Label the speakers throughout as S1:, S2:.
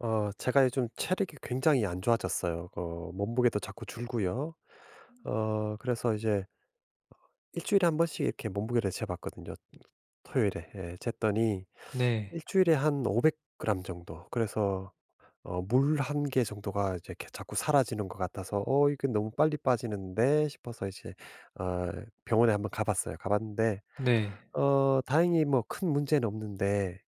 S1: 제가 요즘 체력이 굉장히 안 좋아졌어요. 몸무게도 자꾸 줄고요. 그래서 이제 일 주일에 한 번씩 이렇게 몸무게를 재 봤거든요. 토요일에. 예, 쟀더니 일
S2: 네.
S1: 주일에 한 500 그램 정도. 그래서 물 한 개 정도가 이제 이렇게 자꾸 사라지는 것 같아서 '어 이게 너무 빨리 빠지는데.' 싶어서 이제 어 병원에 한번 가 봤어요. 가 봤는데
S2: 네.
S1: 다행히 뭐 큰 문제는 없는데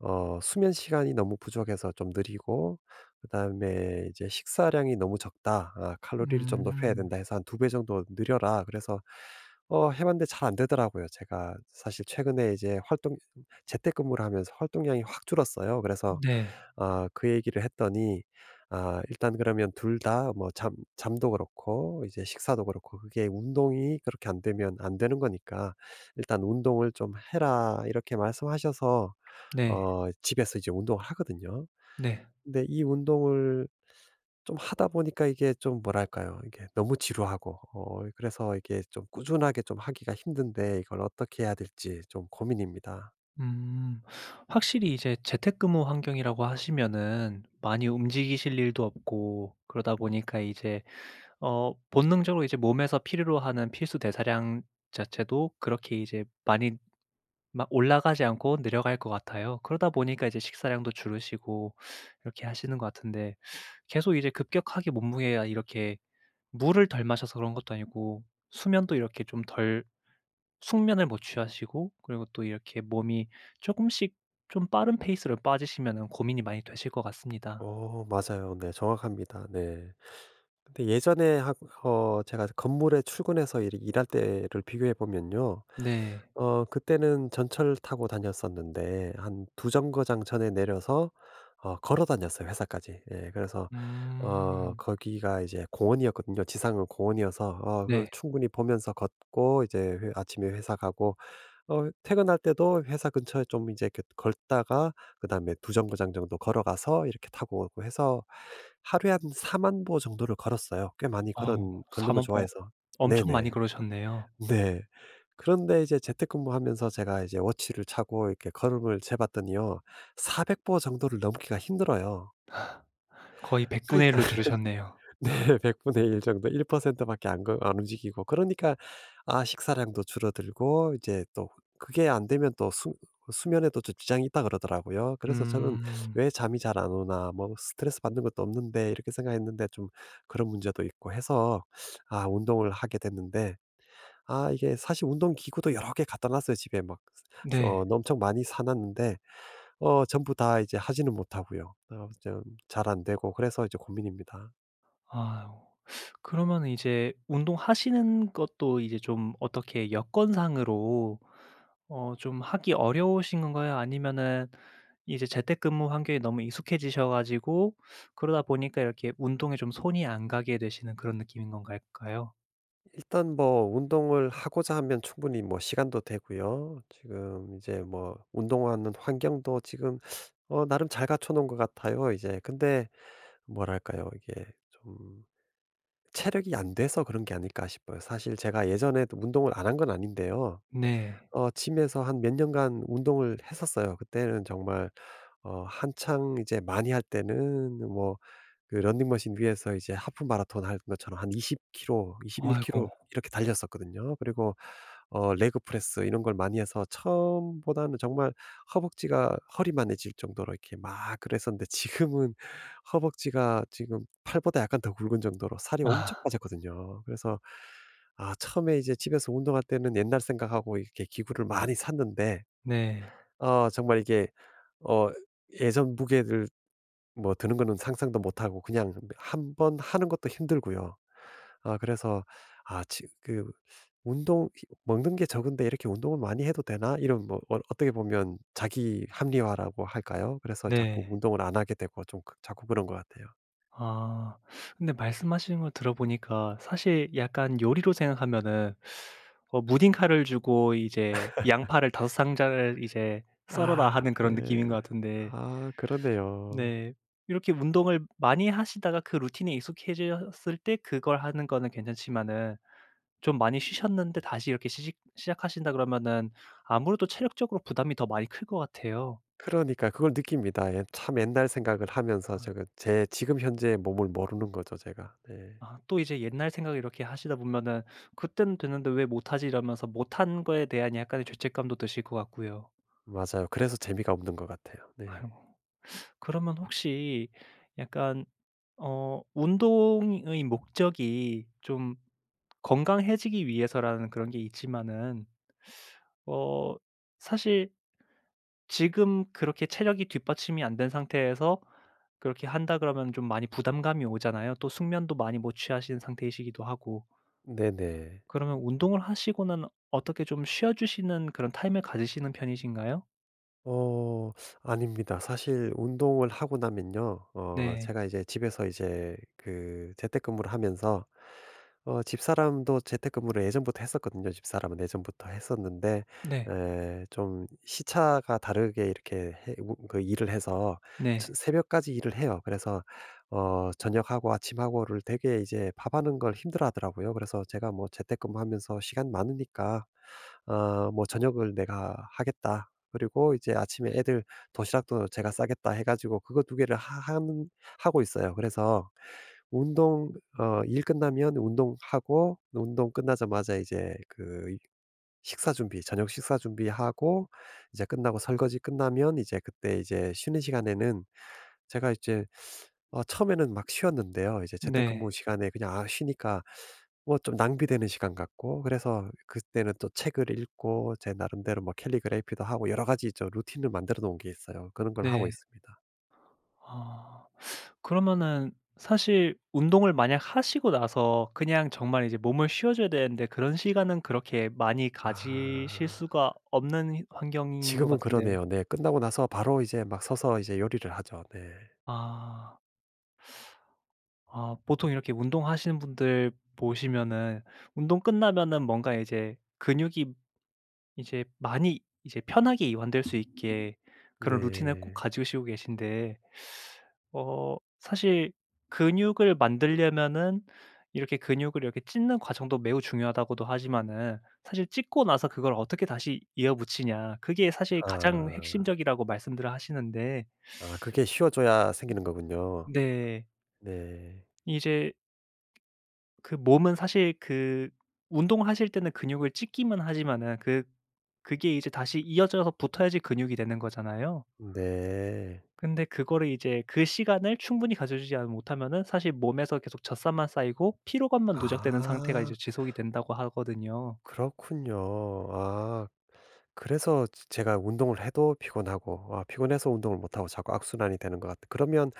S1: 수면 시간이 너무 부족해서 좀 느리고, 그다음에 이제 "식사량이 너무 적다. 아 칼로리를 좀 높여야
S2: 음.
S1: 된다." 해서 한 두 배 정도 늘려라. 그래서 해 봤는데 잘 안 되더라고요. 제가 사실 최근에 이제 활동 재택근무를 하면서 활동량이 확 줄었어요. 그래서
S2: 네.
S1: 아, 그 얘기를 했더니 아, 일단 그러면 둘 다 뭐, 잠 잠도 그렇고 이제 식사도 그렇고, 그게 운동이 그렇게 안 되면 안 되는 거니까 "일단 운동을 좀 해라." 이렇게 말씀하셔서
S2: 네.
S1: 집에서 이제 운동을 하거든요.
S2: 네.
S1: 근데 이 운동을 좀 하다 보니까 이게 좀 뭐랄까요? 이게 너무 지루하고, 그래서 이게 좀 꾸준하게 좀 하기가 힘든데 이걸 어떻게 해야 될지 좀 고민입니다.
S2: 음. 확실히 이제 재택근무 환경이라고 하시면은 많이 움직이실 일도 없고 그러다 보니까 이제 본능적으로 이제 몸에서 필요로 하는 필수 대사량 자체도 그렇게 이제 많이 막 올라가지 않고 내려갈 것 같아요. 그러다 보니까 이제 식사량도 줄으시고 이렇게 하시는 것 같은데 계속 이제 급격하게 몸무게가 이렇게 물을 덜 마셔서 그런 것도 아니고 수면도 이렇게 좀 덜 숙면을 못 취하시고 그리고 또 이렇게 몸이 조금씩 좀 빠른 페이스로 빠지시면은 고민이 많이 되실 것 같습니다.
S1: 맞아요. 네, 정확합니다. 네. 근데 예전에 하 제가 건물에 출근해서 일 일할 때를 비교해 보면요.
S2: 네.
S1: 그때는 전철 타고 다녔었는데 한 두 정거장 전에 내려서 걸어 다녔어요, 회사까지. 예, 그래서
S2: 음.
S1: 거기가 이제 공원이었거든요. 지상은 공원이어서 그
S2: 네.
S1: 충분히 보면서 걷고, 이제 회 아침에 회사 가고, 퇴근할 때도 회사 근처에 좀 이제 이렇게 다가 그다음에 두 정거장 정도 걸어가서 이렇게 타고 오고 해서 하루에 한4만보 정도를 걸었어요. 꽤 많이
S2: 어우,
S1: 걸은 걷는
S2: 4
S1: 걸
S2: 만보
S1: 좋아해서.
S2: 엄청 많이
S1: 네네.
S2: 그러셨네요.
S1: 네. 그런데 이제 재택근무하면서 제가 이제 워치를 차고 이렇게 걸음을 재봤더니요, 400보 정도를 넘기가 힘들어요.
S2: 거의 100분의
S1: 그러니까
S2: 1로 줄으셨네요.
S1: 네. 100분의 1 정도, 1% 밖에 안 움직이고, 그러니까 아, 식사량도 줄어들고 이제 또 그게 안 되면 또 수 수면에도 좀 지장이 있다 그러더라고요. 그래서 저는
S2: 음.
S1: '왜 잠이 잘 안 오나. 뭐 스트레스 받는 것도 없는데.' 이렇게 생각했는데, 좀 그런 문제도 있고 해서 아, 운동을 하게 됐는데 아, 이게 사실 운동 기구도 여러 개 갖다 놨어요, 집에 막.
S2: 네.
S1: 엄청 많이 사 놨는데 전부 다 이제 하지는 못하고요. 좀 잘 안 되고, 그래서 이제 고민입니다.
S2: 아유. 그러면은 이제 운동하시는 것도 이제 좀 어떻게 여건상으로 좀 하기 어려우신 건가요? 아니면은 이제 재택근무 환경이 너무 익숙해지셔 가지고 그러다 보니까 이렇게 운동에 좀 손이 안 가게 되시는 그런 느낌인 건갈까요?
S1: 일단 뭐 운동을 하고자 하면 충분히 뭐 시간도 되고요. 지금 이제 뭐 운동하는 환경도 지금 나름 잘 갖춰 놓은 것 같아요, 이제. 근데 뭐랄까요? 이게 좀 체력이 안 돼서 그런 게 아닐까 싶어요. 사실 제가 예전에도 운동을 안 한 건 아닌데요.
S2: 네.
S1: G 에서 한 몇 년간 운동을 했었어요. 그때는 정말 한창 이제 많이 할 때는 뭐 그 런닝머신 위에서 이제 하프 마라톤 할 것처럼 한 20 킬로, 21 킬로
S2: 아이고.
S1: 이렇게 달렸었거든요. 그리고 레그 프레스 이런 걸 많이 해서, 처음보다는 정말 허벅지가 허리만해질 정도로 이렇게 막 그랬었는데, 지금은 허벅지가 지금 팔보다 약간 더 굵은 정도로 살이 엄청
S2: 아,
S1: 빠졌거든요. 그래서 아, 처음에 이제 집에서 운동할 때는 옛날 생각하고 이렇게 기구를 많이 샀는데
S2: 네.
S1: 정말 이게 어 예전 무게들, 뭐 드는 거는 상상도 못 하고 그냥 한번 하는 것도 힘들고요. 아, 그래서 '아 지 그 운동 먹는 게 적은데 이렇게 운동을 많이 해도 되나?' 이런 뭐 어떻게 보면 자기 합리화라고 할까요? 그래서 자꾸
S2: 네.
S1: 운동을 안 하게 되고, 좀 그 자꾸 그런 것 같아요.
S2: 아, 근데 말씀하시는 걸 들어보니까 사실 약간 요리로 생각하면은 무딘 칼을 주고 이제 "양파를 다섯 상자를 이제 썰어라."
S1: 아,
S2: 하는 그런 느낌인
S1: 네.
S2: 것 같은데.
S1: 아, 그러네요.
S2: 네. 이렇게 운동을 많이 하시다가 그 루틴에 익숙해졌을 때 그걸 하는 거는 괜찮지만은 좀 많이 쉬셨는데 다시 이렇게 시 시작하신다 그러면은 아무래도 체력적으로 부담이 더 많이 클 것 같아요.
S1: 그러니까 그걸 느낍니다. 예, 참 옛날 생각을 하면서
S2: 아.
S1: 제가 제 지금 현재의 몸을 모르는 거죠, 제가. 네.
S2: 아, 또 이제 옛날 생각을 이렇게 하시다 보면은 '그때는 됐는데 왜 못하지?' 이러면서 못한 거에 대한 약간의 죄책감도 드실 것 같고요.
S1: 맞아요. 그래서 재미가 없는 것 같아요.
S2: 아이고.
S1: 네.
S2: 그러면 혹시 약간 운동의 목적이 좀 건강해지기 위해서라는 그런 게 있지만은 어 사실 지금 그렇게 체력이 뒷받침이 안 된 상태에서 그렇게 한다 그러면 좀 많이 부담감이 오잖아요. 또 숙면도 많이 못 취하신 상태이시기도 하고.
S1: 네네.
S2: 그러면 운동을 하시고는 어떻게 좀 쉬어 주시는 그런 타임을 가지시는 편이신가요?
S1: 어 아닙니다. 사실 운동을 하고 나면요,
S2: 네.
S1: 제가 이제 집에서 이제 그 재택근무를 하면서 집사람도 재택근무를 예전부터 했었거든요. 집사람은 예전부터 했었는데,
S2: 네.
S1: 에 좀 시차가 다르게 이렇게 해 우 그 일을 해서
S2: 네.
S1: 새벽까지 일을 해요. 그래서 저녁하고 아침하고를 되게 이제 밥하는 걸 힘들어하더라고요. 그래서 제가 뭐 재택근무하면서 시간 많으니까 아, 뭐 "저녁을 내가 하겠다." 그리고 이제 아침에 애들 도시락도 제가 싸겠다 해 가지고 그거 두 개를 하 하는 하고 있어요. 그래서 운동 어 일 끝나면 운동하고, 운동 끝나자마자 이제 그 식사 준비 저녁 식사 준비하고, 이제 끝나고 설거지 끝나면 이제 그때, 이제 쉬는 시간에는 제가 이제 처음에는 막 쉬었는데요. 이제
S2: 네.
S1: 재택근무 시간에 그냥 아, 쉬니까 뭐 좀 낭비되는 시간 같고, 그래서 그때는 또 책을 읽고 제 나름대로 뭐 캘리그래피도 하고, 여러 가지 저 루틴을 만들어 놓은 게 있어요. 그런 걸 하고
S2: 네.
S1: 있습니다.
S2: 아. 그러면은 사실 운동을 만약 하시고 나서 그냥 정말 이제 몸을 쉬어 줘야 되는데 그런 시간은 그렇게 많이 가지실
S1: 아.
S2: 수가 없는 환경인 것
S1: 지금은
S2: 같은데.
S1: 그러네요. 네. 끝나고 나서 바로 이제 막 서서 이제 요리를 하죠. 네.
S2: 아. 아, 보통 이렇게 운동하시는 분들 보시면은 운동 끝나면은 뭔가 이제 근육이 이제 많이 이제 편하게 이완될 수 있게 그런 루틴을 꼭
S1: 네.
S2: 가지시고 계신데 사실 근육을 만들려면은 이렇게 근육을 이렇게 찢는 과정도 매우 중요하다고도 하지만은 사실 찢고 나서 그걸 어떻게 다시 이어붙이냐 그게 사실 가장
S1: 아.
S2: 핵심적이라고 말씀들을 하시는데.
S1: 아, 그게 쉬워져야 생기는 거군요.
S2: 네.
S1: 네.
S2: 이제 그 몸은 사실 그 운동하실 때는 근육을 찢기만 하지만은 그 그게 이제 다시 이어져서 붙어야지 근육이 되는 거잖아요.
S1: 네.
S2: 근데 그거를 이제 그 시간을 충분히 가져주지 않 못하면은 사실 몸에서 계속 젖산만 쌓이고 피로감만 누적되는 상태가 이제
S1: 아.
S2: 지속이 된다고 하거든요.
S1: 그렇군요. 아, 그래서 제 제가 운동을 해도 피곤하고, 아, 피곤해서 운동을 못 하고 자꾸 악순환이 되는 것 같아 요. 그러면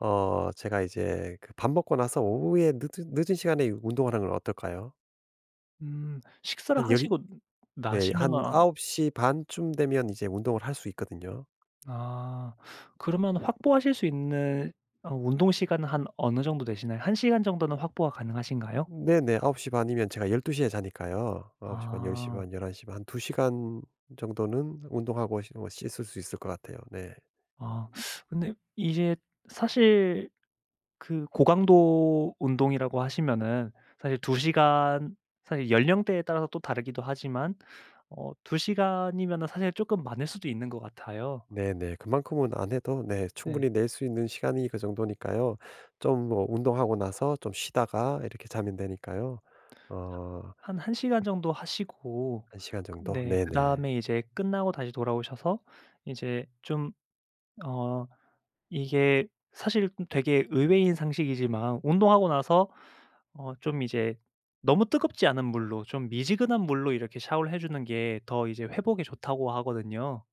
S1: 제가 이제 그 밥 먹고 나서 오후에 늦은 늦은 시간에 운동을 하는 건 어떨까요?
S2: 식사를
S1: 한 열
S2: 하시고
S1: 네,
S2: 나시면은,
S1: 한
S2: 아.
S1: 9시반쯤 되면 이제 운동을 할 수 있거든요.
S2: 아, 그러면 확보하실 수 있는 운동 시간은 한 어느 정도 되시나요? 한 시간 정도는 확보가 가능하신가요?
S1: 네네. 9시반 이면 제가 12시에 자니까요. 9홉시1 0시
S2: 아.
S1: 반1 1시반한2 시간 정도는 운동하고, 씻 어 씻을 수 있을 것 같아요. 네.
S2: 아, 근데 이제 사실 그 고강도 운동이라고 하시면은 사실 2 시간, 사실 연령대에 따라서 또 다르기도 하지만 2 시간이면은 사실 쪼끔 많을 수도 있는 것 같아요.
S1: 네네. 그만큼은 안 해도, 네,
S2: 네.
S1: 충분히 낼 수 있는 시간이 그 정도니까요. 좀 뭐 운동하고 나서 좀 쉬다가 이렇게 자면 되니까요. 어
S2: 한 1 시간 정도 하시고,
S1: 한 시간
S2: 그
S1: 정도?
S2: 네,
S1: 네네.
S2: 그다음에 이제 끝나고 다시 돌아오셔서 이제 좀, 어 이게 사실 되게 의외인 상식이지만 운동하고 나서 좀 이제 너무 뜨겁지 않은 물로 좀 미지근한 물로 이렇게 샤워를 해 주는 게 더 이제 회복에 좋다고 하거든요.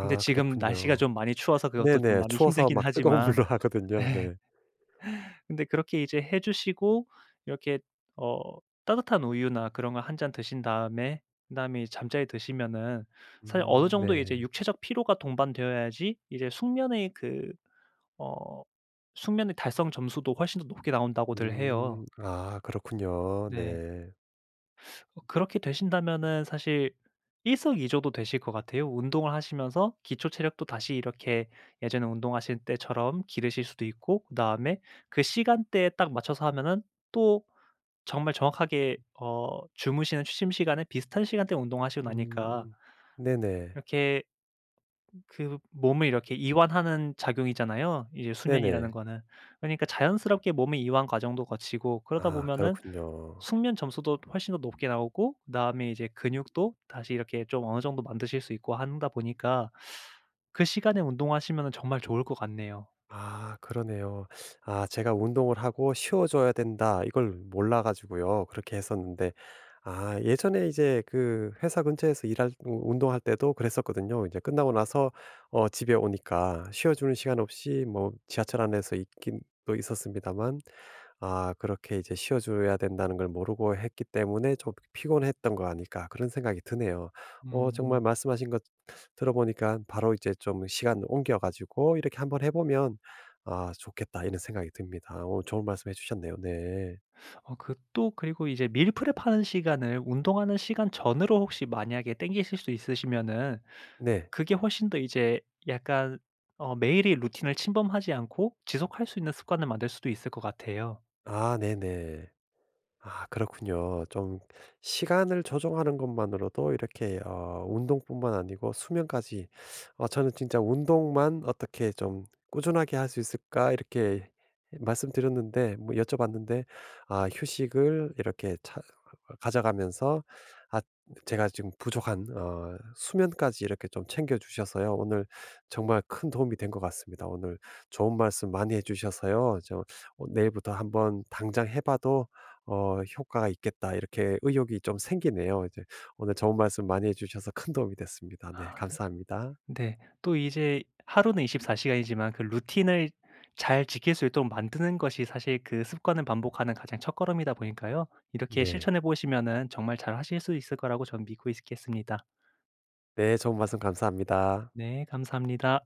S2: 근데 지금 날씨가
S1: 그렇군요.
S2: 좀 많이 추워서 그것도 좀
S1: 네네.
S2: 많이
S1: 추워서
S2: 힘들긴
S1: 막 뜨거운
S2: 하지만.
S1: 물로 하거든요.
S2: 네.
S1: 네.
S2: 근데 그렇게 이제 해 주시고 이렇게 어 따뜻한 우유나 그런 거 한 잔 드신 다음에 그다음에 이제 잠자리 드시면은 사실 어느
S1: 음,
S2: 정도 이제
S1: 네.
S2: 육체적 피로가 동반되어야지 이제 숙면의 그 어 숙면의 달성 점수도 훨씬 더 높게 나온다고들 해요.
S1: 음. 아, 그렇군요.
S2: 네.
S1: 네.
S2: 그렇게 되신다면은 사실 일석이조도 되실 것 같아요. 운동을 하시면서 기초 체력도 다시 이렇게 예전에 운동하실 때처럼 기르실 수도 있고 그다음에 그 시간대에 딱 맞춰서 하면은 또 정말 정확하게 주무시는 취침 시간에 비슷한 시간대에 운동하시고 나니까
S1: 음. 네네.
S2: 이렇게 그 몸을 이렇게 이완하는 작용이잖아요, 이제 수면이라는
S1: 네네.
S2: 거는. 그러니까 자연스럽게 몸의 이완 과정도 거치고 그러다
S1: 아,
S2: 보면은
S1: 그렇군요.
S2: 숙면 점수도 훨씬 더 높게 나오고 그다음에 이제 근육도 다시 이렇게 좀 어느 정도 만드실 수 있고 한다 보니까 그 시간에 운동하시면은 정말 좋을 것 같네요.
S1: 아, 그러네요. 아, 제가 운동을 하고 쉬어 줘야 된다, 이걸 몰라 가지고요. 그렇게 했었는데 아, 예전에 이제 그 회사 근처에서 일할 우 운동할 때도 그랬었거든요. 이제 끝나고 나서 집에 오니까 쉬어 주는 시간 없이 뭐 지하철 안에서 있긴 또 있었습니다만, 아, 그렇게 이제 쉬어 줘야 된다는 걸 모르고 했기 때문에 좀 '피곤했던 거 아닐까.' 그런 생각이 드네요.
S2: 음.
S1: 정말 말씀하신 것 들어보니까 바로 이제 좀 시간 옮겨 가지고 이렇게 한번 해 보면 '아 좋겠다.' 이런 생각이 듭니다. 오늘 좋은 말씀 해 주셨네요. 네.
S2: 그 또 그리고 이제 밀프렙 하는 시간을 운동하는 시간 전으로 혹시 만약에 당기실 수 있으시면은
S1: 네.
S2: 그게 훨씬 더 이제 약간 매일의 루틴을 침범하지 않고 지속할 수 있는 습관을 만들 수도 있을 것 같아요.
S1: 아, 네네. 아, 그렇군요. 좀 시간을 조정하는 것만으로도 이렇게 운동뿐만 아니고 수면까지, 저는 진짜 '운동만 어떻게 좀 꾸준하게 할 수 있을까?' 이렇게 말씀드렸는데, 뭐 여쭤봤는데 아, 휴식을 이렇게 차 가져가면서 아, 제가 지금 부족한 수면까지 이렇게 좀 챙겨 주셔서요. 오늘 정말 큰 도움이 된 것 같습니다. 오늘 좋은 말씀 많이 해 주셔서요, 내일부터 한번 당장 해 봐도 '효과가 있겠다.' 이렇게 의욕이 좀 생기네요. 이제 오늘 좋은 말씀 많이 해 주셔서 큰 도움이 됐습니다. 네, 감사합니다.
S2: 네. 또 이제 하루는 24시간이지만 그 루틴을 잘 지킬 수 있도록 만드는 것이 사실 그 습관을 반복하는 가장 첫걸음이다 보니까요. 이렇게
S1: 네.
S2: 실천해 보시면은 정말 잘하실 수 있을 거라고 저는 믿고 있겠습니다.
S1: 네, 좋은 말씀 감사합니다.
S2: 네, 감사합니다.